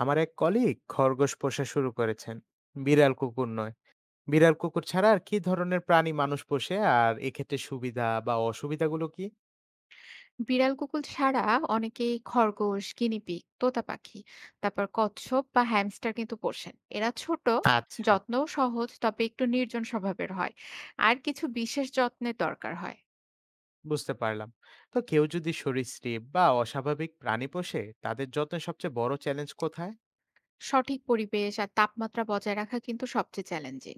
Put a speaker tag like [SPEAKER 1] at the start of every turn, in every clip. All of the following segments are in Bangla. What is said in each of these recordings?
[SPEAKER 1] আমার এক কলিগ খরগোশ পোষা শুরু করেছেন। বিড়াল কুকুর নয়। বিড়াল কুকুর ছাড়া আর কি ধরনের প্রাণী মানুষ পোষে? আর এক্ষেত্রে সুবিধা বা অসুবিধাগুলো কি?
[SPEAKER 2] বিড়াল কুকুর ছাড়া অনেকেই খরগোশ গিনিপিগ তোতা পাখি তারপর কচ্ছপ বা হ্যামস্টার কিন্তু পোষেন। এরা ছোট,
[SPEAKER 1] আচ্ছা,
[SPEAKER 2] যত্নও সহজ, তবে একটু নির্জন স্বভাবের হয় আর কিছু বিশেষ যত্নের দরকার হয়।
[SPEAKER 1] বুঝতে পারলাম। তো কেউ যদি সরীসৃপ বা অস্বাভাবিক প্রাণী পোষে, তাদের যত্নে সবচেয়ে বড় চ্যালেঞ্জ কোথায়?
[SPEAKER 2] সঠিক পরিবেশ আর তাপমাত্রা বজায় রাখা কিন্তু সবচেয়ে চ্যালেঞ্জিং।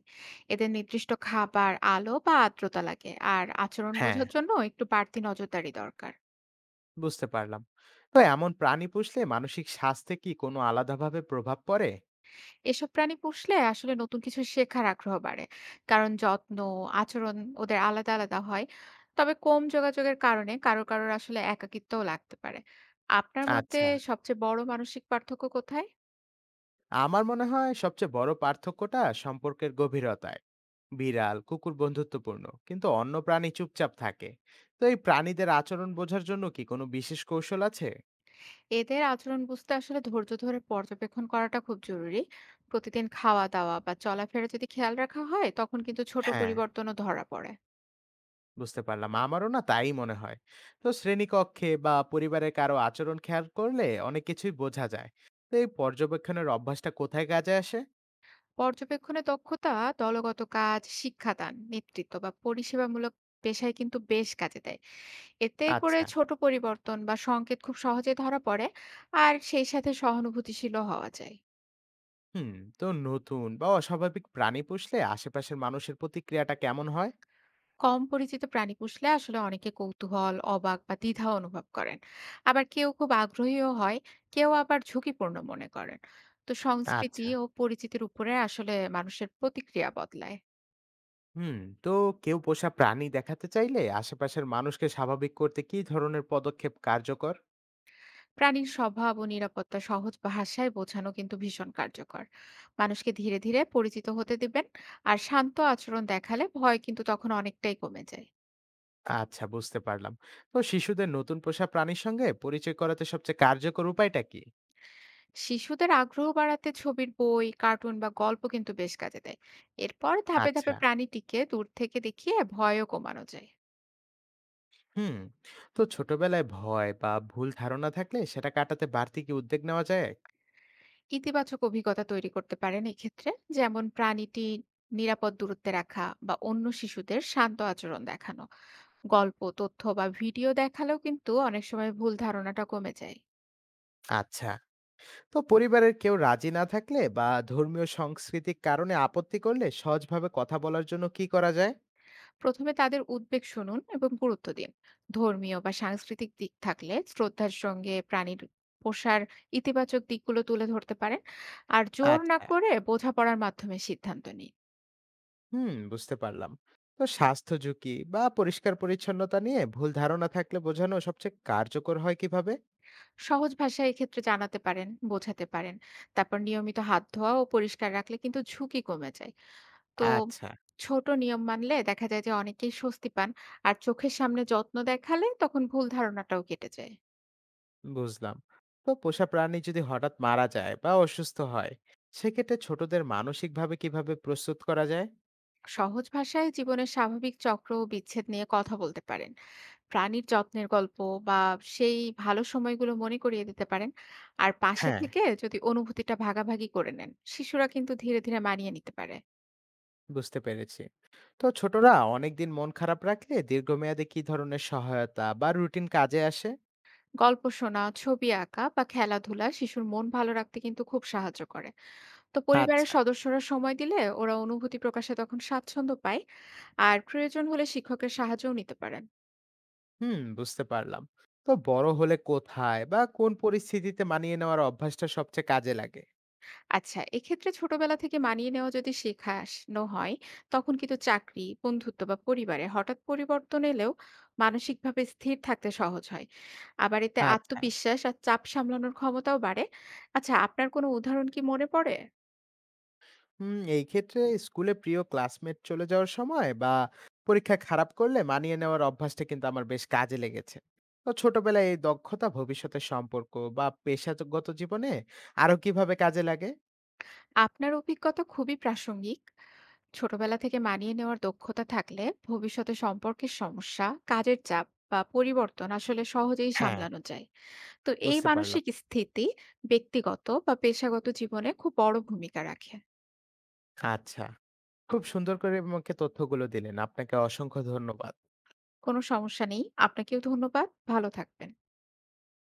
[SPEAKER 2] এদের নির্দিষ্ট খাবার, আলো বা আর্দ্রতা লাগে, আর আচরণ
[SPEAKER 1] হ্যাঁ,
[SPEAKER 2] বোঝার জন্য একটু বাড়তি নজরদারি দরকার।
[SPEAKER 1] বুঝতে পারলাম। তো এমন প্রাণী পুষলে মানসিক স্বাস্থ্যে কি কোনো আলাদাভাবে প্রভাব পড়ে?
[SPEAKER 2] এসব প্রাণী পুষলে আসলে নতুন কিছু শেখার আগ্রহ বাড়ে। কারণ যত্ন, আচরণ ওদের আলাদা, আলাদা হয়। তবে কম যোগাযোগের কারণে কারোর আসলে একাকিত্বও লাগতে পারে। আপনার মতে
[SPEAKER 1] আচ্ছা,
[SPEAKER 2] সবচেয়ে বড় মানসিক পার্থক্য কোথায়?
[SPEAKER 1] আমার মনে হয় সবচেয়ে বড় পার্থক্যটা সম্পর্কের গভীরতায়। বিড়াল কুকুর বন্ধুত্বপূর্ণ, কিন্তু অন্য প্রাণী চুপচাপ থাকে। তো এই প্রাণীদের আচরণ বোঝার জন্য কি কোনো বিশেষ কৌশল আছে?
[SPEAKER 2] এদের আচরণ বুঝতে আসলে ধৈর্য ধরে পর্যবেক্ষণ করাটা খুব জরুরি। প্রতিদিন খাওয়া-দাওয়া বা চলাফেরা যদি খেয়াল রাখা হয়, তখন কিন্তু ছোট
[SPEAKER 1] হ্যাঁ,
[SPEAKER 2] পরিবর্তনও ধরা পড়ে।
[SPEAKER 1] বুঝতে পারলাম, আমারও না তাই মনে হয়। তো শ্রেণীকক্ষে বা পরিবারের কারো আচরণ খেয়াল করলে অনেক কিছুই বোঝা যায়। তো এই পর্যবেক্ষণের অভ্যাসটা কোথায় কাজে আসে?
[SPEAKER 2] পর্যবেক্ষণে দক্ষতা, দলগত কাজ, শিক্ষাদান, নেতৃত্ব বা পরিষেবামূলক পেশায় কিন্তু বেশ কাজে দেয়। এতে করে
[SPEAKER 1] আচ্ছা।
[SPEAKER 2] ছোট পরিবর্তন বা সংকেত খুব সহজে ধরা পড়ে, আর সেই সাথে সহানুভূতিশীলও হওয়া যায়।
[SPEAKER 1] হুম। তো নতুন বা অস্বাভাবিক প্রাণী পুষলে আশেপাশের মানুষের প্রতিক্রিয়াটা কেমন হয়?
[SPEAKER 2] কম পরিচিত প্রাণী পুষলে আসলে অনেকে কৌতূহল, অবাক বা দ্বিধা অনুভব করেন। আবার কেউ খুব আগ্রহীও হয়, কেউ আবার ঝুঁকিপূর্ণ মনে করেন। তো সংস্কৃতি
[SPEAKER 1] আচ্ছা।
[SPEAKER 2] ও পরিচিতির উপরে আসলে মানুষের প্রতিক্রিয়া বদলায়।
[SPEAKER 1] হুম। তো কেউ পোষা প্রাণী দেখাতে চাইলে আশেপাশের মানুষকে স্বাভাবিক করতে কি ধরনের পদক্ষেপ কার্যকর?
[SPEAKER 2] প্রাণীর স্বভাব ও নিরাপত্তা সহজ ভাষায় বোঝানো কিন্তু ভীষণ কার্যকর। মানুষকে ধীরে ধীরে পরিচিত হতে দিবেন, আর শান্ত আচরণ দেখালে ভয় কিন্তু তখন অনেকটাই কমে যায়।
[SPEAKER 1] আচ্ছা, বুঝতে পারলাম। তো শিশুদের নতুন পোষা প্রাণীর সঙ্গে পরিচয় করাতে সবচেয়ে কার্যকর উপায়টা কি?
[SPEAKER 2] শিশুদের আগ্রহ বাড়াতে ছবির বই, কার্টুন বা গল্প কিন্তু বেশ কাজে দেয়। এরপর ধাপে ধাপে
[SPEAKER 1] আচ্ছা।
[SPEAKER 2] প্রাণীটিকে দূর থেকে দেখিয়ে ভয়ও কমানো যায়।
[SPEAKER 1] হুম। তো ছোটবেলায় ভয় বা ভুল ধারণা থাকলে সেটা কাটাতে বাড়তি কি উদ্যোগ নেওয়া যায়?
[SPEAKER 2] ইতিবাচক অভিজ্ঞতা তৈরি করতে পারেন এক্ষেত্রে, যেমন প্রাণীটি নিরাপদ দূরত্বে রাখা বা অন্য শিশুদের শান্ত আচরণ দেখানো। গল্প, তথ্য বা ভিডিও দেখালেও কিন্তু অনেক সময় ভুল ধারণাটা কমে যায়।
[SPEAKER 1] আচ্ছা। তো পরিবারের কেউ রাজি না থাকলে, বা ধর্মীয় সাংস্কৃতিক কারণে আপত্তি করলে, সহজভাবে কথা বলার জন্য কি করা যায়?
[SPEAKER 2] প্রথমে তাদের উদ্বেগ শুনুন এবং গুরুত্ব দিন। ধর্মীয় বা সাংস্কৃতিক দিক থাকলে শ্রদ্ধার সঙ্গে প্রাণীর পোষার ইতিবাচক দিকগুলো তুলে ধরতে পারেন। আর জোর না
[SPEAKER 1] আচ্ছা,
[SPEAKER 2] করে বোঝাপড়ার মাধ্যমে সিদ্ধান্ত নিন।
[SPEAKER 1] হুম, বুঝতে পারলাম। তো স্বাস্থ্য ঝুঁকি বা পরিষ্কার পরিচ্ছন্নতা নিয়ে ভুল ধারণা থাকলে বোঝানো সবচেয়ে কার্যকর হয় কিভাবে?
[SPEAKER 2] সহজ ভাষায় এক্ষেত্রে জানাতে পারেন, বোঝাতে পারেন। তারপর নিয়মিত হাত ধোয়া ও পরিষ্কার রাখলে কিন্তু ঝুঁকি কমে যায়। তো
[SPEAKER 1] আচ্ছা,
[SPEAKER 2] ছোট নিয়ম মানলে দেখা যায় যে অনেকেই স্বস্তি পান, আর চোখের সামনে যত্ন দেখালে তখন ভুল ধারণাটাও কেটে যায়।
[SPEAKER 1] বুঝলাম। তো পোষা প্রাণী যদি হঠাৎ মারা যায় বা অসুস্থ হয়, সেক্ষেত্রে ছোটদের মানসিকভাবে কিভাবে প্রস্তুত করা যায়?
[SPEAKER 2] সহজ ভাষায় জীবনের স্বাভাবিক চক্র ও বিচ্ছেদ নিয়ে কথা বলতে পারেন। প্রাণীর যত্নের গল্প বা সেই ভালো সময়গুলো মনে করিয়ে দিতে পারেন। আর পাশে
[SPEAKER 1] হ্যাঁ,
[SPEAKER 2] থেকে যদি অনুভূতিটা ভাগাভাগি করে নেন, শিশুরা কিন্তু ধীরে ধীরে মানিয়ে নিতে পারে।
[SPEAKER 1] বুঝতে পেরেছি। তো ছোটরা অনেকদিন মন খারাপ রাখলে দীর্ঘমেয়াদে কি ধরনের সহায়তা বা রুটিন কাজে আসে?
[SPEAKER 2] গল্প শোনা, ছবি আঁকা বা খেলাধুলা শিশুর মন ভালো রাখতে কিন্তু খুব সাহায্য করে। তো পরিবারের
[SPEAKER 1] আচ্ছা,
[SPEAKER 2] সদস্যরা সময় দিলে ওরা অনুভূতি প্রকাশে তখন স্বাচ্ছন্দ্য পায়। আর প্রয়োজন হলে শিক্ষকের সাহায্যও নিতে পারেন।
[SPEAKER 1] হুম, বুঝতে পারলাম। তো বড় হলে কোথায় বা কোন পরিস্থিতিতে মানিয়ে নেওয়ার অভ্যাসটা সবচেয়ে কাজে লাগে?
[SPEAKER 2] আচ্ছা, এক্ষেত্রে ছোটবেলা থেকে মানিয়ে নেওয়া যদি শেখানো হয়, তখন কিন্তু চাকরি, বন্ধুত্ব বা পরিবারে হঠাৎ পরিবর্তন এলেও মানসিকভাবে স্থির থাকতে সহজ হয়। আবার এতে
[SPEAKER 1] আচ্ছা।
[SPEAKER 2] আত্মবিশ্বাস আর চাপ সামলানোর ক্ষমতাও বাড়ে। আচ্ছা, আপনার কোনো উদাহরণ কি মনে পড়ে?
[SPEAKER 1] হুম, এই ক্ষেত্রে স্কুলে প্রিয় ক্লাসমেট চলে যাওয়ার সময় বা পরীক্ষায় খারাপ করলে মানিয়ে নেওয়ার অভ্যাসটা কিন্তু আমার বেশ কাজে লেগেছে। তো ছোটবেলায় এই দক্ষতা ভবিষ্যতের সম্পর্ক বা পেশাগত জীবনে আরো কিভাবে কাজে লাগে?
[SPEAKER 2] আপনার অভিজ্ঞতা খুবই প্রাসঙ্গিক। ছোটবেলা থেকে মানিয়ে নেওয়ার দক্ষতা থাকলে ভবিষ্যতে সম্পর্কের সমস্যা, কাজের চাপ বা পরিবর্তন আসলে সহজেই
[SPEAKER 1] হ্যাঁ,
[SPEAKER 2] সামলানো যায়। তো এই
[SPEAKER 1] বুঝতে পারলাম।
[SPEAKER 2] মানসিক স্থিতি ব্যক্তিগত বা পেশাগত জীবনে খুব বড় ভূমিকা রাখে।
[SPEAKER 1] আচ্ছা। খুব সুন্দর করে আমাকে তথ্যগুলো দিলেন। আপনাকে অসংখ্য ধন্যবাদ।
[SPEAKER 2] কোনো সমস্যা নেই। আপনাকেও ধন্যবাদ। ভালো থাকবেন।